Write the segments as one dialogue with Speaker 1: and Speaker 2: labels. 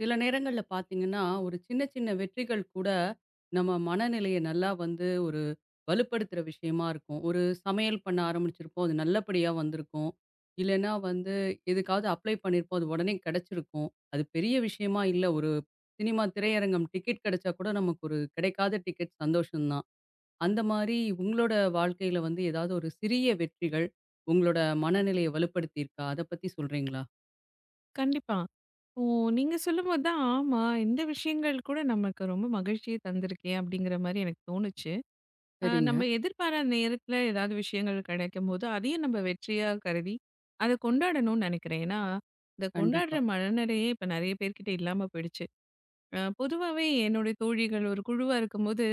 Speaker 1: சில நேரங்கள்ல பார்த்தீங்கன்னா, ஒரு சின்ன சின்ன வெற்றிகள் கூட நம்ம மனநிலைய நல்லா வந்து ஒரு வலுப்படுத்துற விஷயமா இருக்கும். ஒரு சமையல் பண்ண ஆரம்பிச்சிருப்போம். அது நல்லபடியா வந்திருக்கும். இல்லன்னா வந்து எதுக்காவது அப்ளை பண்ணியிருப்போம். அது உடனே கிடைச்சிருக்கும். அது பெரிய விஷயமா இல்ல. ஒரு சினிமா திரையரங்கம் டிக்கெட் கிடைச்சா கூட நமக்கு ஒரு கிடைக்காத டிக்கெட் சந்தோஷம் தான். அந்த மாரி உங்களோட வாழ்க்கையில வந்து ஏதாவது ஒரு சிறிய வெற்றிகள் உங்களோட மனநிலைய வலுப்படுத்தியிருக்கா? அத பத்தி சொல்றீங்களா?
Speaker 2: கண்டிப்பா. ஓ! நீங்க சொல்லும்போது தான், ஆமா இந்த விஷயங்கள் கூட நமக்கு ரொம்ப மகிழ்ச்சிய தந்திருக்கே! அப்படிங்கிற மாரி எனக்கு தோணுச்சு. நம்ம
Speaker 1: சரிங்க.
Speaker 2: எதிர்பாராத நேரத்தில ஏதாவது விஷயங்கள் கிடைக்கும்போது, அதையும் நம்ம வெற்றியா கருதி, அத கொண்டாடணும்னு நெனைக்கிறேன். ஏன்னா, இந்த கொண்டாடுற
Speaker 1: கண்டிப்பா.
Speaker 2: மனநிலையே இப்ப நெறைய பேர்கிட்ட இல்லாம போயிடுச்சு. பொதுவாவே என்னுடைய தோழிகள் ஒரு குழுவா இருக்கும்போது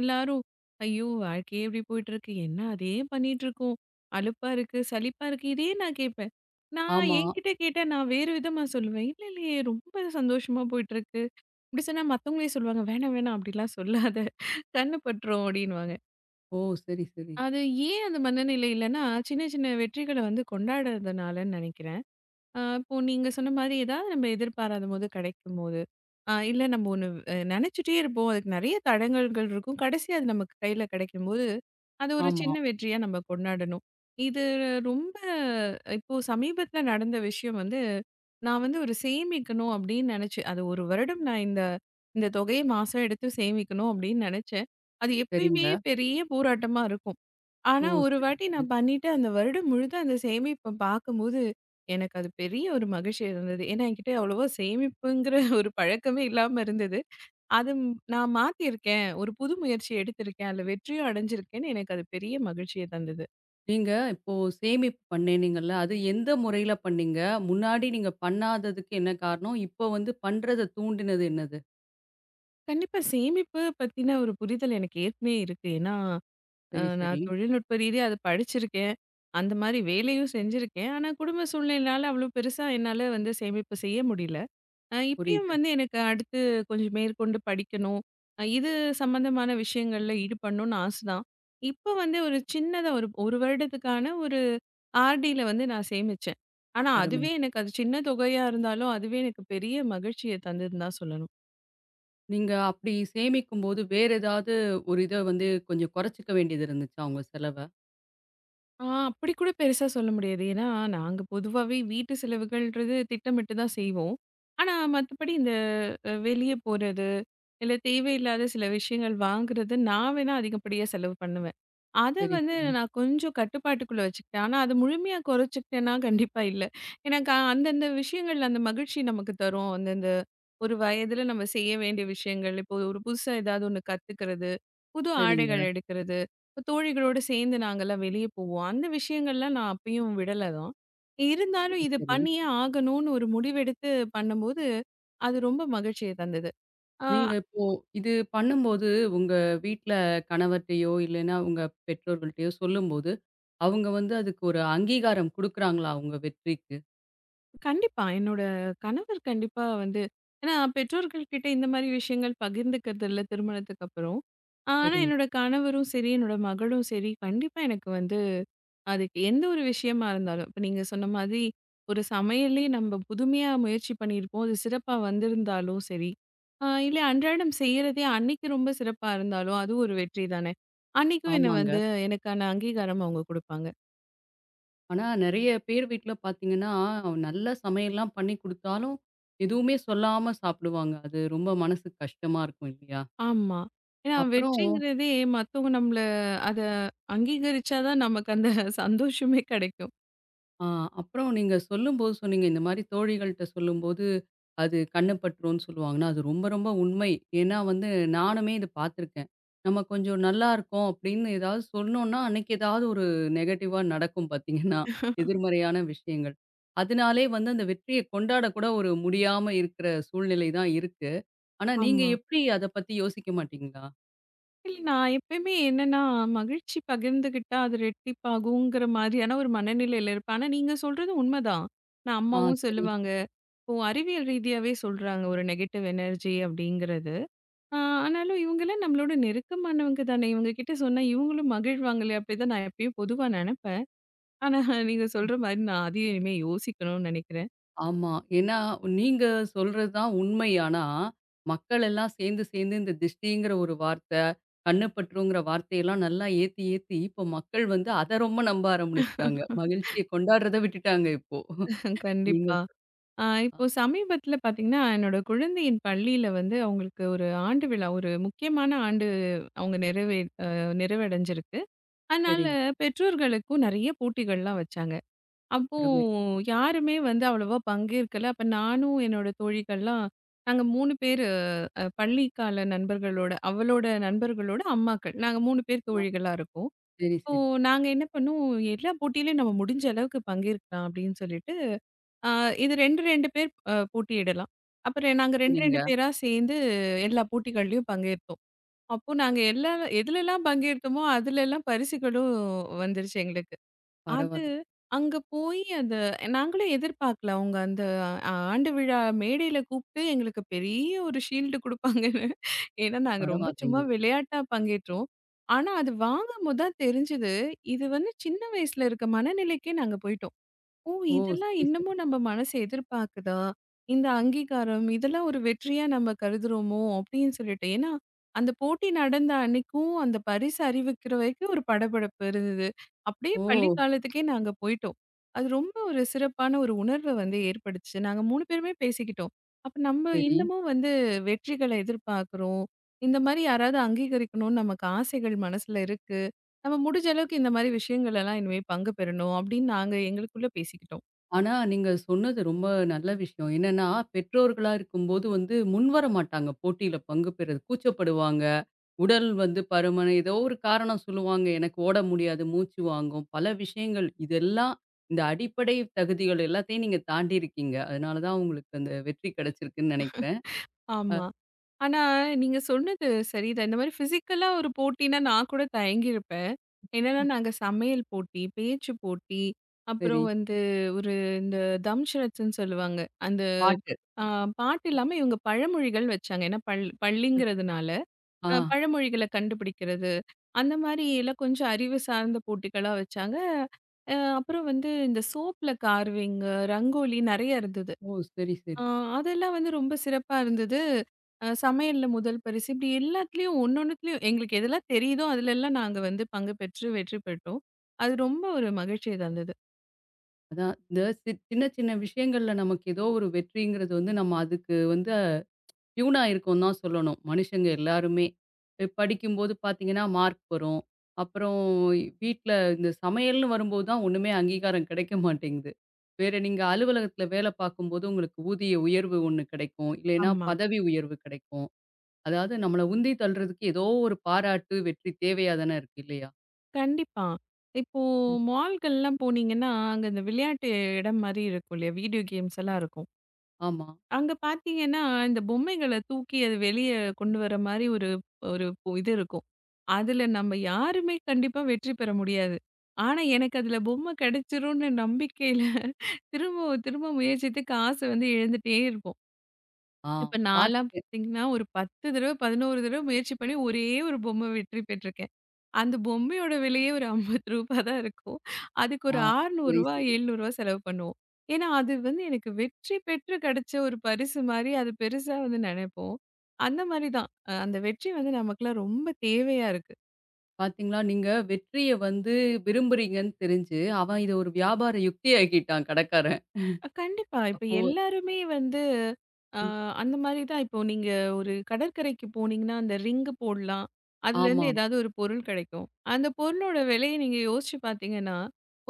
Speaker 2: எல்லாரும் ஐயோ வாழ்க்கையே இப்படி போயிட்டு இருக்கு என்ன அதே பண்ணிட்டு இருக்கோம் அலுப்பா இருக்கு சலிப்பா இருக்கு இதே நான் கேட்பேன் நான்
Speaker 1: ஆமா.
Speaker 2: என்கிட்ட கேட்டா நான் வேறு விதமா சொல்லுவேன் இல்ல இல்லையே ரொம்ப சந்தோஷமா போயிட்டு இருக்கு இப்படி சொன்னா மத்தவங்களே சொல்லுவாங்க வேணாம் வேணாம் அப்படிலாம் சொல்லாத கண்ணு பற்றோம் அப்படின்னுவாங்க
Speaker 1: ஓ! சரி, சரி.
Speaker 2: அது ஏன் அந்த மனநிலை இல்லைன்னா சின்ன சின்ன வெற்றிகளை வந்து கொண்டாடுறதுனாலன்னு நினைக்கிறேன் இப்போ நீங்க சொன்ன மாதிரி ஏதாவது நம்ம எதிர்பாராத போது கிடைக்கும்போது, இல்ல நம்ம ஒண்ணு நெனச்சுட்டே இருப்போம். அதுக்கு நெறைய தடங்கல்கள் இருக்கும். கடைசியா அது நமக்கு கையில கிடைக்கும்போது, அது ஒரு
Speaker 1: ஆமா.
Speaker 2: சின்ன வெற்றியா நம்ம கொண்டாடணும். இது ரொம்ப இப்போ சமீபத்தில நடந்த விஷயம் வந்து, நான் வந்து ஒரு சேமிக்கணும் அப்படின்னு நெனச்சேன். அது 1 வருடம் நான் இந்த இந்த தொகையை மாசம் எடுத்து சேமிக்கணும் அப்படின்னு நெனச்சேன். அது எப்பயுமே
Speaker 1: சரிங்க.
Speaker 2: பெரிய போராட்டமா இருக்கும்.
Speaker 1: ஓ!
Speaker 2: ஆனா, ஒரு
Speaker 1: சரி,
Speaker 2: வாட்டி
Speaker 1: சரி.
Speaker 2: நான் பண்ணிட்டு, அந்த வருடம் முழுக்க அந்த சேமிப்ப பார்க்கும்போது, எனக்கு அது பெரிய ஒரு மகிழ்ச்சி இருந்தது. ஏன்னா, என்கிட்ட அவ்வளவா சேமிப்புங்கிற ஒரு பழக்கமே இல்லாம இருந்தது. அது நான் மாத்தியிருக்கேன். ஒரு புது முயற்சி எடுத்திருக்கேன். அதில வெற்றியும் அடைஞ்சிருக்கேன்னு எனக்கு அது பெரிய மகிழ்ச்சிய தந்தது.
Speaker 1: நீங்க இப்போ சேமிப்பு பண்ணேன்னீங்கல்ல, அது எந்த முறையில பண்ணீங்க? முன்னாடி நீங்க பண்ணாததுக்கு என்ன காரணம்? இப்போ வந்து பண்றத தூண்டினது என்னது?
Speaker 2: கண்டிப்பா சேமிப்பு பத்தின ஒரு புரிதல் எனக்கு ஏற்கனவே இருக்கு. ஏன்னா,
Speaker 1: சரி, சரி.
Speaker 2: நான் தொழில்நுட்ப ரீதியா அத படிச்சிருக்கேன். அந்த மாரி வேலையும் செஞ்சிருக்கேன். ஆனா, குடும்ப சூழ்நிலையினால அவ்வளோ பெருசா என்னால வந்து சேமிப்பு செய்ய முடியல. இப்பயும்
Speaker 1: புரியுது.
Speaker 2: வந்து எனக்கு அடுத்து கொஞ்சம் மேற்கொண்டு படிக்கணும். இது சம்மந்தமான விஷயங்கள்ல ஈடுபடணும்னு ஆசை தான். இப்ப வந்து ஒரு சின்னதா ஒரு 1 வருடத்துக்கான ஒரு ஆர்டில வந்து நான் சேமிச்சேன். ஆனா
Speaker 1: அருமை.
Speaker 2: அதுவே எனக்கு அது சின்ன தொகையா இருந்தாலும், அதுவே எனக்கு பெரிய மகிழ்ச்சிய தந்ததுன்னு தான் சொல்லணும்.
Speaker 1: நீங்க அப்படி சேமிக்கும்போது வேற ஏதாவது ஒரு இத வந்து கொஞ்சம் குறைச்சுக்க வேண்டியது இருந்துச்சா உங்க செலவ?
Speaker 2: அப்படி கூட பெருசா சொல்ல முடியாது. ஏன்னா, நாங்க பொதுவாவே வீட்டு செலவுகள்ன்றது திட்டமிட்டு தான் செய்வோம். ஆனா, மத்தபடி இந்த வெளிய போறது, இல்ல தேவையில்லாத சில விஷயங்கள் வாங்குறது, நான் வேணா அதிகப்படியா செலவு பண்ணுவேன். அத
Speaker 1: சரி,
Speaker 2: வந்து
Speaker 1: சரி.
Speaker 2: நான் கொஞ்சம் கட்டுப்பாட்டுக்குள்ள வச்சுக்கிட்டேன். ஆனா, அது முழுமையா குறைச்சுக்கிட்டேன்னா கண்டிப்பா இல்ல. ஏன்னா, அந்தந்த விஷயங்கள் அந்த மகிழ்ச்சி நமக்கு தரும். அந்தந்த ஒரு வயதுல நம்ம செய்ய வேண்டிய விஷயங்கள், இப்போ ஒரு புதுசா ஏதாவது ஒண்ணு கத்துக்கிறது, புது ஆடைகள்
Speaker 1: சரிங்க.
Speaker 2: எடுக்கிறது. தோழிகளோடு சேர்ந்து நாங்கெல்லாம் வெளியே போவோம். அந்த விஷயங்கள்லாம் நான் அப்பயும் விடல தான். இருந்தாலும்
Speaker 1: சரி,
Speaker 2: இது
Speaker 1: சரி.
Speaker 2: பண்ணியே ஆகணும்னு ஒரு முடிவெடுத்து பண்ணும்போது, அது ரொம்ப மகிழ்ச்சிய தந்தது. ஆ
Speaker 1: நீங்க இப்போ இது பண்ணும்போது, உங்க வீட்ல கணவர்ட்டயோ, இல்லைன்னா உங்க பெற்றோர்கள்ட்டயோ சொல்லும்போது, அவங்க வந்து அதுக்கு ஒரு அங்கீகாரம் குடுக்குறாங்களா உங்க வெற்றிக்கு?
Speaker 2: கண்டிப்பா என்னோட கணவர் கண்டிப்பா வந்து ஏன்னா பெற்றோர்கள் கிட்ட இந்த மாரி விஷயங்கள் பகிர்ந்துக்கிறது இல்ல திருமணத்துக்கு அப்புறம். ஆனா
Speaker 1: சரிங்க.
Speaker 2: என்னோட கணவரும் சரி, என்னோட மகளும் சரி, கண்டிப்பா எனக்கு வந்து அதுக்கு எந்த ஒரு விஷயமா இருந்தாலும், இப்ப நீங்க சொன்ன மாதிரி, ஒரு சமையலே நம்ம புதுமையா முயற்சி பண்ணியிருப்போம். அது சிறப்பா வந்திருந்தாலும் சரி, இல்ல அன்றாடம் செய்றதே அன்னைக்கு ரொம்ப சிறப்பா இருந்தாலும், அது ஒரு வெற்றி தானே! அன்னைக்கும் என்ன
Speaker 1: ஆமாங்க.
Speaker 2: வந்து எனக்கான அங்கீகாரம் அவுங்க குடுப்பாங்க.
Speaker 1: ஆனா நெறைய பேர் வீட்ல பார்த்தீங்கன்னா, நல்ல சமையல்லாம் பண்ணி குடுத்தாலும், எதுவுமே சொல்லாம சாப்பிடுவாங்க. அது ரொம்ப மனசுக்கு கஷ்டமா இருக்கும் இல்லையா?
Speaker 2: ஆமா. ஏன்னா
Speaker 1: அப்புறம்
Speaker 2: வெற்றிங்கிறதே மத்தவங்க நம்மள அத அங்கீகரிச்சா தான் நமக்கு அந்த சந்தோஷமே கெடைக்கும்.
Speaker 1: ஆ, அப்புறம் நீங்க சொல்லும்போது சொன்னீங்க, இந்த மாரி தோழிகள்ட்ட சொல்லும்போது, அது கண்ணு பற்றும்ன்னு சொல்லுவாங்கன்னா, அது ரொம்ப ரொம்ப உண்மை. ஏன்னா வந்து நானுமே இது பார்த்துருக்கேன். நம்ம கொஞ்சம் நல்லா இருக்கோம் அப்படின்னு ஏதாவது சொன்னோம்னா, அன்னைக்கு ஏதாவது ஒரு நெகட்டிவா நடக்கும் பார்த்தீங்கன்னா, எதிர்மறையான விஷயங்கள். அதனாலே வந்து அந்த வெற்றிய கொண்டாட கூட ஒரு முடியாம இருக்கிற சூழ்நிலை தான் இருக்கு. ஆனா நீங்க
Speaker 2: ஆமா.
Speaker 1: எப்படி அத பத்தி யோசிக்க மாட்டீங்களா?
Speaker 2: இல்ல நான் எப்பயுமே என்னன்னா, மகிழ்ச்சி பகிர்ந்துகிட்டா அது ரெட்டிப்பாகுங்கிற மாதிரியான ஒரு மனநிலையில இருப்பேன். ஆனா நீங்க சொல்றது உண்மதான். நான்
Speaker 1: ஆ
Speaker 2: அம்மாவும்
Speaker 1: சரி.
Speaker 2: சொல்லுவாங்க. இப்போ அறிவியல் ரீதியாவே சொல்றாங்க ஒரு நெகட்டிவ் எனர்ஜி அப்படிங்கிறது. ஆ ஆனாலும் இவங்கலாம் நம்மளோட நெருக்கமானவங்க தானே, இவங்க கிட்ட சொன்னா இவங்களும் மகிழ்வாங்களே அப்படிதான் நான் எப்பயும் பொதுவா நெனப்பேன். ஆனா நீங்க சொல்ற மாரி நான் அதையும் இனிமே யோசிக்கணும்னு நெனைக்கிறேன்.
Speaker 1: ஆமா. ஏன்னா, நீங்க சொல்றது தான் உண்மை. ஆனா, மக்கள் எல்லாம் சேர்ந்து, சேர்ந்து இந்த திஷ்டிங்கிற ஒரு வார்த்தை, கண்ணு பற்றுங்கிற வார்த்தையெல்லாம் நல்லா ஏத்தி, ஏத்தி இப்போ மக்கள் வந்து அத ரொம்ப நம்ப ஆரம்பிச்சுட்டாங்க. மகிழ்ச்சிய கொண்டாடுறத விட்டுட்டாங்க இப்போ. நீங்க
Speaker 2: கண்டிப்பா.
Speaker 1: சொ
Speaker 2: இப்போ சமீபத்தில பார்த்தீங்கன்னா, என்னோட குழந்தையின் பள்ளியில வந்து அவங்களுக்கு ஒரு ஆண்டு விழா, ஒரு முக்கியமான ஆண்டு அவங்க நிறைவே அ நிறைவடைஞ்சிருக்கு. அதனால
Speaker 1: சரிங்க.
Speaker 2: பெற்றோர்களுக்கும் நிறைய போட்டிகள்லாம் வச்சாங்க. அப்போ
Speaker 1: அருமையா.
Speaker 2: யாருமே வந்து அவ்வளவா பங்கேற்கல. அப்ப நானும் என்னோட தோழிகள்லாம் நாங்க 3 பேரு பள்ளிக்கால நண்பர்களோட அவளோட நண்பர்களோட அம்மாக்கள். நாங்க 3 பேர்
Speaker 1: ஆ
Speaker 2: தோழிகளா இருக்கோம்.
Speaker 1: சரி,
Speaker 2: இப்போ
Speaker 1: சரி.
Speaker 2: நாங்க என்ன பண்ணோம், எல்லா போட்டியிலயும் நம்ம முடிஞ்ச அளவுக்கு பங்கேற்கலாம் அப்படின்னு சொல்லிட்டு, அ இது 2, 2 பேர் போட்டியிடலாம். அப்புறம் நாங்க 2, 2
Speaker 1: சரிங்க.
Speaker 2: பேரா சேர்ந்து எல்லா போட்டிகள்லயும் பங்கேற்போம். அப்போ நாங்க எல்லா எதுலலாம் பங்கேற்றோமோ, அதுலலாம் பரிசுகளும் வந்துருச்சு எங்களுக்கு. அது
Speaker 1: பரவாயில்லை
Speaker 2: அங்க போய் அத நாங்களே எதிர்பார்க்கல. அவங்க அந்த ஆண்டு விழா மேடையில கூப்ட்டு எங்களுக்கு பெரிய ஒரு ஷீல்டு குடுப்பாங்கன்னு. ஏன்னா, நாங்க ரொம்ப சும்மா
Speaker 1: பரவாயில்லைங்க.
Speaker 2: விளையாட்டா பங்கேற்றோம். ஆனா, அது வாங்கும்போது தான் தெரிஞ்சது, இது வந்து சின்ன வயசுல இருக்க மனநிலைக்கே நாங்க போய்ட்டோம். ஓ!
Speaker 1: ஓ!
Speaker 2: இதெல்லாம்
Speaker 1: சரி, சரி.
Speaker 2: இன்னமும் நம்ம மனசு எதிர்பார்க்குதா? இந்த அங்கீகாரம் இதெல்லாம் ஒரு வெற்றியா நம்ம கருதுறோமோ? அப்படின்னு சொல்லிட்டு. ஏன்னா, அந்த போட்டி நடந்த அன்னைக்கும் அந்த பரிசு அறிவிக்கிற வரைக்கும் ஒரு படபடப்பு இருந்தது. அப்படியே பள்ளி
Speaker 1: ஓ!
Speaker 2: காலத்துக்கே நாங்க போயிட்டோம். அது ரொம்ப ஒரு சிறப்பான ஒரு உணர்வ வந்து ஏற்படுத்துச்சு. நாங்க 3 பேருமே பேசிக்கிட்டோம். அப்ப நம்ம
Speaker 1: சரி.
Speaker 2: இன்னமும் வந்து வெற்றிகள எதிர்பார்க்குறோம். இந்த மாரி யாராவது அங்கீகரிக்கணும்னு நமக்கு ஆசைகள் மனசுல இருக்கு. நம்ம முடிஞ்ச அளவுக்கு இந்த மாரி விஷயங்கள் எல்லாம் இனிமே பங்கு பெறணும் அப்படின்னு நாங்க எங்களுக்குள்ள பேசிக்கிட்டோம்.
Speaker 1: ஆனா, நீங்க சொன்னது ரொம்ப நல்ல விஷயம். என்னன்னா, பெற்றோர்களா இருக்கும்போது வந்து முன்வர மாட்டாங்க போட்டியில பங்கு பெறுறதுக்கு. கூச்சப்படுவாங்க. உடல் வந்து பருமன் ஏதோ ஒரு காரணம் சொல்லுவாங்க. எனக்கு ஓட முடியாது, மூச்சு வாங்கும், பல விஷயங்கள். இதெல்லாம் இந்த அடிப்படை தகுதிகள் எல்லாத்தையும் நீங்க தாண்டி இருக்கீங்க. அதனால தான் உங்களுக்கு அந்த வெற்றி கிடைச்சிருக்குன்னு நெனைக்கிறேன். அ
Speaker 2: ஆமா. ஆனா, நீங்க சொன்னது சரிதான். இந்த மாரி ஃபிசிக்கலா ஒரு போட்டின்னா, நான் கூட தயங்கியிருப்பேன். என்னன்னா, நாங்க சமையல் போட்டி, பேச்சு போட்டி,
Speaker 1: சரி.
Speaker 2: அப்புறம் வந்து ஒரு இந்த தம்ஷரத்ன்னு சொல்லுவாங்க. அந்த
Speaker 1: பாட்டு.
Speaker 2: அ பாட்டு இல்லாம இவங்க பழமொழிகள் வச்சாங்க. ஏன்னா பள்ளிங்கிறதுனால,
Speaker 1: ஆ.
Speaker 2: பழமொழிகள கண்டுபிடிக்கிறது, அந்த மாரி எல்லாம் கொஞ்சம் அறிவு சார்ந்த போட்டிகளா வச்சாங்க. அப்புறம் வந்து இந்த சோப்புல கார்விங்கு, ரங்கோலி நெறைய இருந்தது.
Speaker 1: ஓ! சரி,
Speaker 2: ஆ
Speaker 1: சரி.
Speaker 2: அதெல்லாம் வந்து ரொம்ப சிறப்பா இருந்தது. சமையல்ல முதல் பரிசு இப்படி எல்லாத்துலயும் ஒன்னொன்னுத்துலயும் எங்களுக்கு எதெல்லாம் தெரியுதோ, அதுலலாம் நாங்க வந்து பங்கு பெற்று வெற்றி பெற்றோம். அது ரொம்ப ஒரு மகிழ்ச்சிய தந்தது.
Speaker 1: அதான் இந்த சின்ன சின்ன விஷயங்கள்ல நமக்கு ஏதோ ஒரு வெற்றிங்கிறது வந்து நம்ம அதுக்கு வந்து பியூனா இருக்கோம்னு தான் சொல்லணும். மனுஷங்க எல்லாருமே. படிக்கும்போது பார்த்தீங்கன்னா, மார்க் வரும். அப்புறம் வீட்ல இந்த சமையல்னு வரும்போது தான் ஒண்ணுமே அங்கீகாரம் கிடைக்க மாட்டேங்குது. வேற நீங்க அலுவலகத்தில வேலை பார்க்கும்போது உங்களுக்கு ஊதிய உயர்வு ஒண்ணு கிடைக்கும். இல்லைன்னா
Speaker 2: ஆமா.
Speaker 1: பதவி உயர்வு கிடைக்கும். அதாவது நம்மள உந்தி தள்றதுக்கு ஏதோ ஒரு பாராட்டு, வெற்றி தேவையா தானே இருக்கு இல்லையா?
Speaker 2: கண்டிப்பா. இப்போ
Speaker 1: ம்.
Speaker 2: மால்கள்லாம் போனீங்கன்னா, அங்க இந்த விளையாட்டு இடம் மாரி இருக்கும் இல்லையா? வீடியோ கேம்ஸ் எல்லாம் இருக்கும்.
Speaker 1: ஆமா.
Speaker 2: அங்க பார்த்தீங்கன்னா, இந்த பொம்மைகள தூக்கி அது வெளிய கொண்டு வர மாரி ஒரு ஒரு பு- இது இருக்கும். அதுல நம்ம யாருமே கண்டிப்பா வெற்றி பெற முடியாது. ஆனா, எனக்கு அதுல பொம்மை கிடைச்சிரும்னு நம்பிக்கையில திரும்பவும் திரும்ப முயற்சித்து காசு வந்து இழந்துட்டே இருப்போம்.
Speaker 1: ஆ
Speaker 2: இப்ப நான்லாம்
Speaker 1: பார்த்துருக்கேன்.
Speaker 2: பார்த்தீங்கன்னா, ஒரு 10 தடவ, 11 தடவ முயற்சி பண்ணி ஒரே ஒரு பொம்மை வெற்றி பெற்றிருக்கேன். அந்த பொம்மையோட விலையே ஒரு ரூ. 50 தான் இருக்கும். அதுக்கு ஒரு
Speaker 1: ஆ
Speaker 2: ரூ. 600
Speaker 1: சரி,
Speaker 2: ரூ.
Speaker 1: சரி.
Speaker 2: 700 செலவு பண்ணுவோம். ஏன்னா, அது வந்து எனக்கு வெற்றி பெற்று கிடைச்ச ஒரு பரிசு மாரி அது பெருசா வந்து நினைப்போம். அந்த மாரி தான். அந்த வெற்றி வந்து நமக்கெல்லாம் ரொம்ப தேவையா இருக்கு.
Speaker 1: பார்த்தீங்களா, நீங்க வெற்றிய வந்து விரும்புறீங்கன்னு தெரிஞ்சு, அவன் இத ஒரு வியாபார யுக்தியாக்கிட்டான் கடைக்காரன்.
Speaker 2: கண்டிப்பா. இப்ப
Speaker 1: அப்போ
Speaker 2: எல்லாருமே வந்து அ
Speaker 1: ம்.
Speaker 2: அந்த மாரி தான். இப்போ நீங்க ஒரு கடற்கரைக்கு போனீங்கன்னா, அந்த ரிங்கு போடலாம். அதுலேருந்து
Speaker 1: ஆமா,
Speaker 2: ஏதாவது ஒரு பொருள் கிடைக்கும். அந்த பொருளோட விலைய நீங்க யோசிச்சு பார்த்தீங்கன்னா,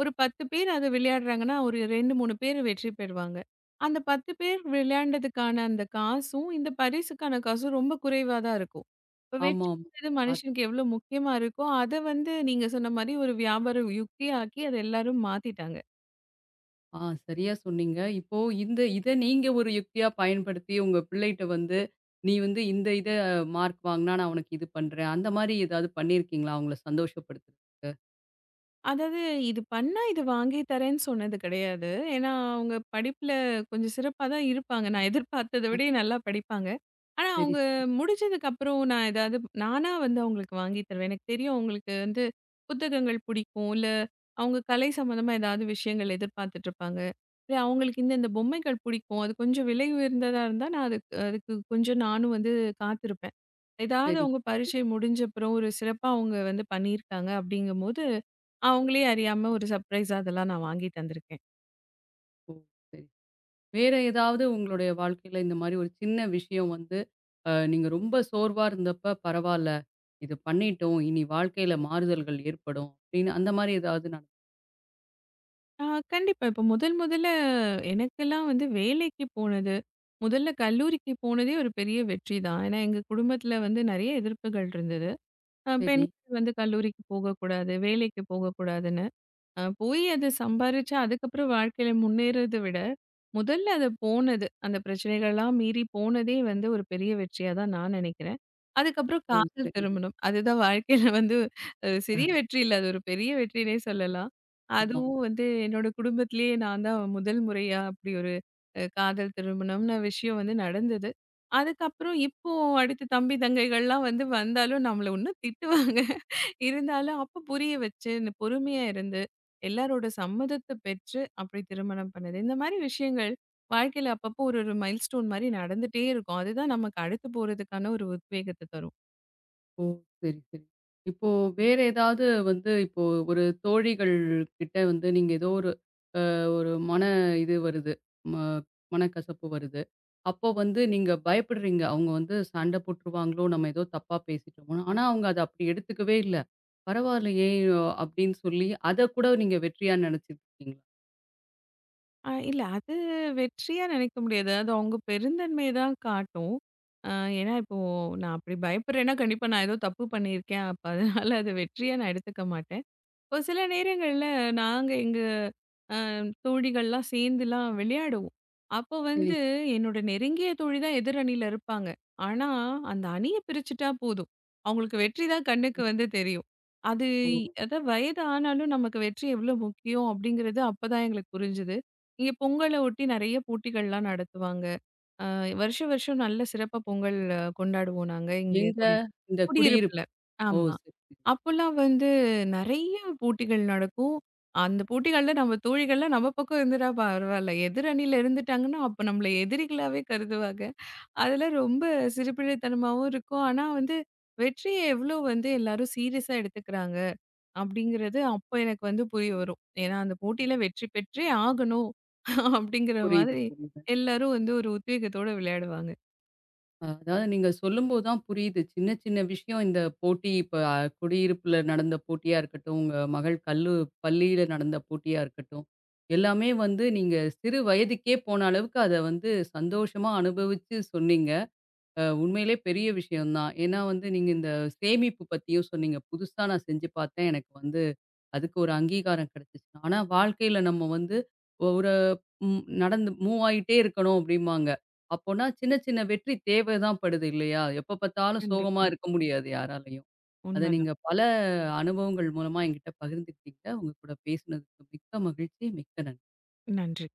Speaker 2: ஒரு 10 பேர் அத விளையாடுறாங்கன்னா, ஒரு 2, 3 பேர் வெற்றி பெறுவாங்க. அந்த 10 பேர் விளையாண்டதுக்கான அந்த காசும், இந்த பரிசுக்கான காசும் ரொம்ப குறைவா தான் இருக்கும். இப்ப
Speaker 1: ஆமாம்.
Speaker 2: வெற்றிங்கிறது
Speaker 1: பாத்
Speaker 2: மனுஷனுக்கு எவ்வளோ முக்கியமா இருக்கோ, அத வந்து நீங்க சொன்ன மாரி ஒரு வியாபார யுக்தியாக்கி அத எல்லாரும் மாத்திட்டாங்க.
Speaker 1: ஆ சரியா சொன்னீங்க. இப்போ இந்த இத நீங்க ஒரு யுக்தியா பயன்படுத்தி உங்க பிள்ளைட்ட வந்து, நீ வந்து இந்த இத மார்க் வாங்குனா நான் உனக்கு இது பண்றேன். அந்த மாரி ஏதாவது பண்ணியிருக்கீங்களா? அவங்கள சந்தோஷப்படுத்துறதுக்கு?
Speaker 2: அதாவது இது பண்ணா, இது வாங்கி தரேன்னு சொன்னது கிடையாது. ஏன்னா, அவங்க படிப்புல கொஞ்சம் சிறப்பா தான் இருப்பாங்க. நான் எதிர்பார்த்தத விட நல்லா படிப்பாங்க. ஆனா,
Speaker 1: சரி,
Speaker 2: அவங்க
Speaker 1: சரி.
Speaker 2: முடிச்சதுக்கப்புறம் நான் ஏதாவது நானா வந்து அவங்களுக்கு வாங்கி தருவேன். எனக்கு தெரியும் அவங்களுக்கு வந்து புத்தகங்கள் பிடிக்கும். இல்ல அவங்க கலை சம்மந்தமா ஏதாவது விஷயங்கள் எதிர்பார்த்துட்ருப்பாங்க. இல்ல அவங்களுக்கு இந்த இந்த பொம்மைகள் பிடிக்கும். அது கொஞ்சம் விலை உயர்ந்ததா இருந்தா நான் அதுக்கு அதுக்கு கொஞ்சம் நானும் வந்து காத்திருப்பேன். ஏதாவது
Speaker 1: சரி.
Speaker 2: அவங்க பரீட்சை முடிஞ்ச அப்புறம் ஒரு சிறப்பா அவங்க வந்து பண்ணியிருக்காங்க அப்படிங்கும்போது, அவங்களே அறியாம ஒரு சர்ப்ரைஸா அதெல்லாம் நான் வாங்கி தந்திருக்கேன்.
Speaker 1: ஓ! சரி. வேற ஏதாவது உங்களுடைய வாழ்க்கையில இந்த மாரி ஒரு சின்ன விஷயம் வந்து, நீங்க ரொம்ப சோர்வா இருந்தப்ப பரவால்ல. இது பண்ணிட்டோம். இனி வாழ்க்கையில மாறுதல்கள் ஏற்படும். அப்படின்னு அந்த மாரி ஏதாவது
Speaker 2: ஆ கண்டிப்பா. இப்போ முதல் முதல்ல எனக்கெல்லாம் வந்து வேலைக்கு போனது, முதல்ல கல்லூரிக்கு போனதே ஒரு பெரிய வெற்றி தான். ஏன்னா எங்க குடும்பத்தில வந்து நெறைய எதிர்ப்புகள் இருந்தது.
Speaker 1: சரி.
Speaker 2: பெண்கள் வந்து கல்லூரிக்கு போகக்கூடாது, வேலைக்கு போகக்கூடாதுன்னு. போய் அது சம்பாரிச்சு அதுக்கப்புறம் வாழ்க்கையில முன்னேறத விட முதல்ல அது போனது. அந்த பிரச்சனைகள்லாம் மீறி போனதே வந்து ஒரு பெரிய வெற்றியா தான் நான் நினைக்கிறேன். அதுக்கப்புறம்
Speaker 1: ஓ!
Speaker 2: காதல்
Speaker 1: சரி.
Speaker 2: திருமணம். அதுதான் வாழ்க்கையில வந்து
Speaker 1: அ
Speaker 2: சிறிய வெற்றி இல்ல. அது ஒரு பெரிய வெற்றினே சொல்லலாம்.
Speaker 1: ஆமா.
Speaker 2: அதுவும் வந்து என்னோட குடும்பத்திலேயே நான் தான் முதல் முறையா அப்படி ஒரு காதல் திருமணம்னு விஷயம் வந்து நடந்தது. அதுக்கப்புறம் இப்போ அடுத்து தம்பி தங்கைகள்லாம் வந்து வந்தாலும் நம்மள இன்னும் திட்டுவாங்க. இருந்தாலும் அப்ப புரிய வச்சு, இந்த பொறுமையா இருந்து எல்லாரோட சம்மதத்த பெற்று அப்படி திருமணம் பண்ணது. இந்த மாரி விஷயங்கள் வாழ்க்கையில அப்பப்போ ஒரு ஒரு மைல்ஸ்டோன் மாரி நடந்துட்டே இருக்கும். அதுதான் நமக்கு அடுத்து போறதுக்கான ஒரு உத்வேகத்த தரும்.
Speaker 1: ஓ! சரி, சரி. இப்போ வேற ஏதாவது வந்து இப்போ ஒரு தோழிகள் கிட்ட வந்து நீங்க ஏதோ ஒரு அ ஒரு மன இது வருது. ம மனக்கசப்பு வருது. அப்போ வந்து நீங்க பயப்படுறீங்க. அவங்க வந்து சண்டை போட்டுருவாங்களோ! நம்ம ஏதோ தப்பா பேசிட்டோமோ! ஆனா, அவங்க அத அப்படி எடுத்துக்கவே இல்ல. பரவாயில்லையே! அப்படின்னு சொல்லி அத கூட நீங்க வெற்றியா நினைச்சுட்டு இருக்கீங்களா?
Speaker 2: இல்ல அது வெற்றியா நினைக்க முடியாது. அது அவங்க பெருந்தன்மைய தான் காட்டும். அ ஏன்னா இப்போ நான் அப்படி பயப்படுறேன்னா, கண்டிப்பா நான் ஏதோ தப்பு பண்ணியிருக்கேன். அப்ப அதனால அத வெற்றியா நான் எடுத்துக்க மாட்டேன். ஒரு சில நேரங்கள்ல நாங்க எங்க தோழிகள்லாம் சேர்ந்துலாம் விளையாடுவோம். அப்போ
Speaker 1: சரி,
Speaker 2: வந்து
Speaker 1: சரி.
Speaker 2: என்னோட நெருங்கிய தோழி தான் எதிர் அணியில இருப்பாங்க. ஆனா அந்த அணிய பிரிச்சுட்டா போதும். அவங்களுக்கு வெற்றி தான் கண்ணுக்கு வந்து தெரியும். அது
Speaker 1: ஓ!
Speaker 2: அதான் வயது ஆனாலும் நமக்கு வெற்றி எவ்வளோ முக்கியம் அப்படிங்கிறது அப்பதான் எங்களுக்கு புரிஞ்சுது. இங்க பொங்கலை ஒட்டி நிறைய போட்டிகள்லாம் நடத்துவாங்க. அ வருஷம் வருஷம் நல்ல சிறப்பா பொங்கல் கொண்டாடுவோம் நாங்க இங்கே
Speaker 1: எங்க இந்த குடியிருப்பு.
Speaker 2: குடியிருப்புல.
Speaker 1: ஓ!
Speaker 2: ஆமா.
Speaker 1: சரி, சரி.
Speaker 2: அப்போலாம் வந்து நெறைய போட்டிகள் நடக்கும். அந்த போட்டிகள்ல நம்ம தோழிகள்லாம் நம்ம பக்கம் இருந்துட்டா பரவால்ல. எதிர் அணியில இருந்துட்டாங்கன்னா, அப்ப நம்மள எதிரிகளாவே கருதுவாங்க. அதெல்லாம் ரொம்ப சிறுபிள்ளைத்தனமாவும் இருக்கும். ஆனா வந்து வெற்றிய எவ்ளோ வந்து எல்லாரும் சீரியஸா எடுத்துக்கிறாங்க. அப்படிங்கிறது அப்போ எனக்கு வந்து புரிய வரும். ஏன்னா அந்த போட்டியில வெற்றி பெற்றே ஆகணும் அப்படிங்கிற
Speaker 1: புரியுது,
Speaker 2: மாதிரி
Speaker 1: புரியுது.
Speaker 2: எல்லாரும் வந்து ஒரு உத்வேகத்தோட விளையாடுவாங்க.
Speaker 1: அ அதாவது நீங்க சொல்லும்போது தான் புரியுது. சின்ன சின்ன விஷயம் இந்த போட்டி இப்ப அ குடியிருப்புல நடந்த போட்டியா இருக்கட்டும், உங்க மகள் பள்ளியில நடந்த போட்டியா இருக்கட்டும், எல்லாமே வந்து நீங்க சிறு வயதுக்கே போன அளவுக்கு அத வந்து சந்தோஷமா அனுபவிச்சு சொன்னீங்க. அ உண்மையிலே பெரிய விஷயம் தான். ஏன்னா வந்து நீங்க இந்த சேமிப்பு பத்தியும் சொன்னீங்க. புதுசா நான் செஞ்சு பார்த்தேன். எனக்கு வந்து அதுக்கு ஒரு அங்கீகாரம் கிடைச்சுச்சு. ஆனா வாழ்க்கையில நம்ம வந்து ஒரு ம் நடந்து மூவ் ஆயிட்டே இருக்கணும் அப்படிம்பாங்க. அப்போனா சின்ன சின்ன வெற்றி தேவை தான் படுது இல்லையா? எப்ப பார்த்தாலும்
Speaker 2: கண்டிப்பா.
Speaker 1: சோகமா இருக்க முடியாது யாராலயும். அத நீங்க
Speaker 2: உண்மதான்.
Speaker 1: பல அனுபவங்கள் மூலமா என்கிட்ட பகிர்ந்துக்கிட்டீங்க. உங்க கூட பேசினதுக்கு மிக்க மகிழ்ச்சி. மிக்க நன்றி.
Speaker 2: நன்றி.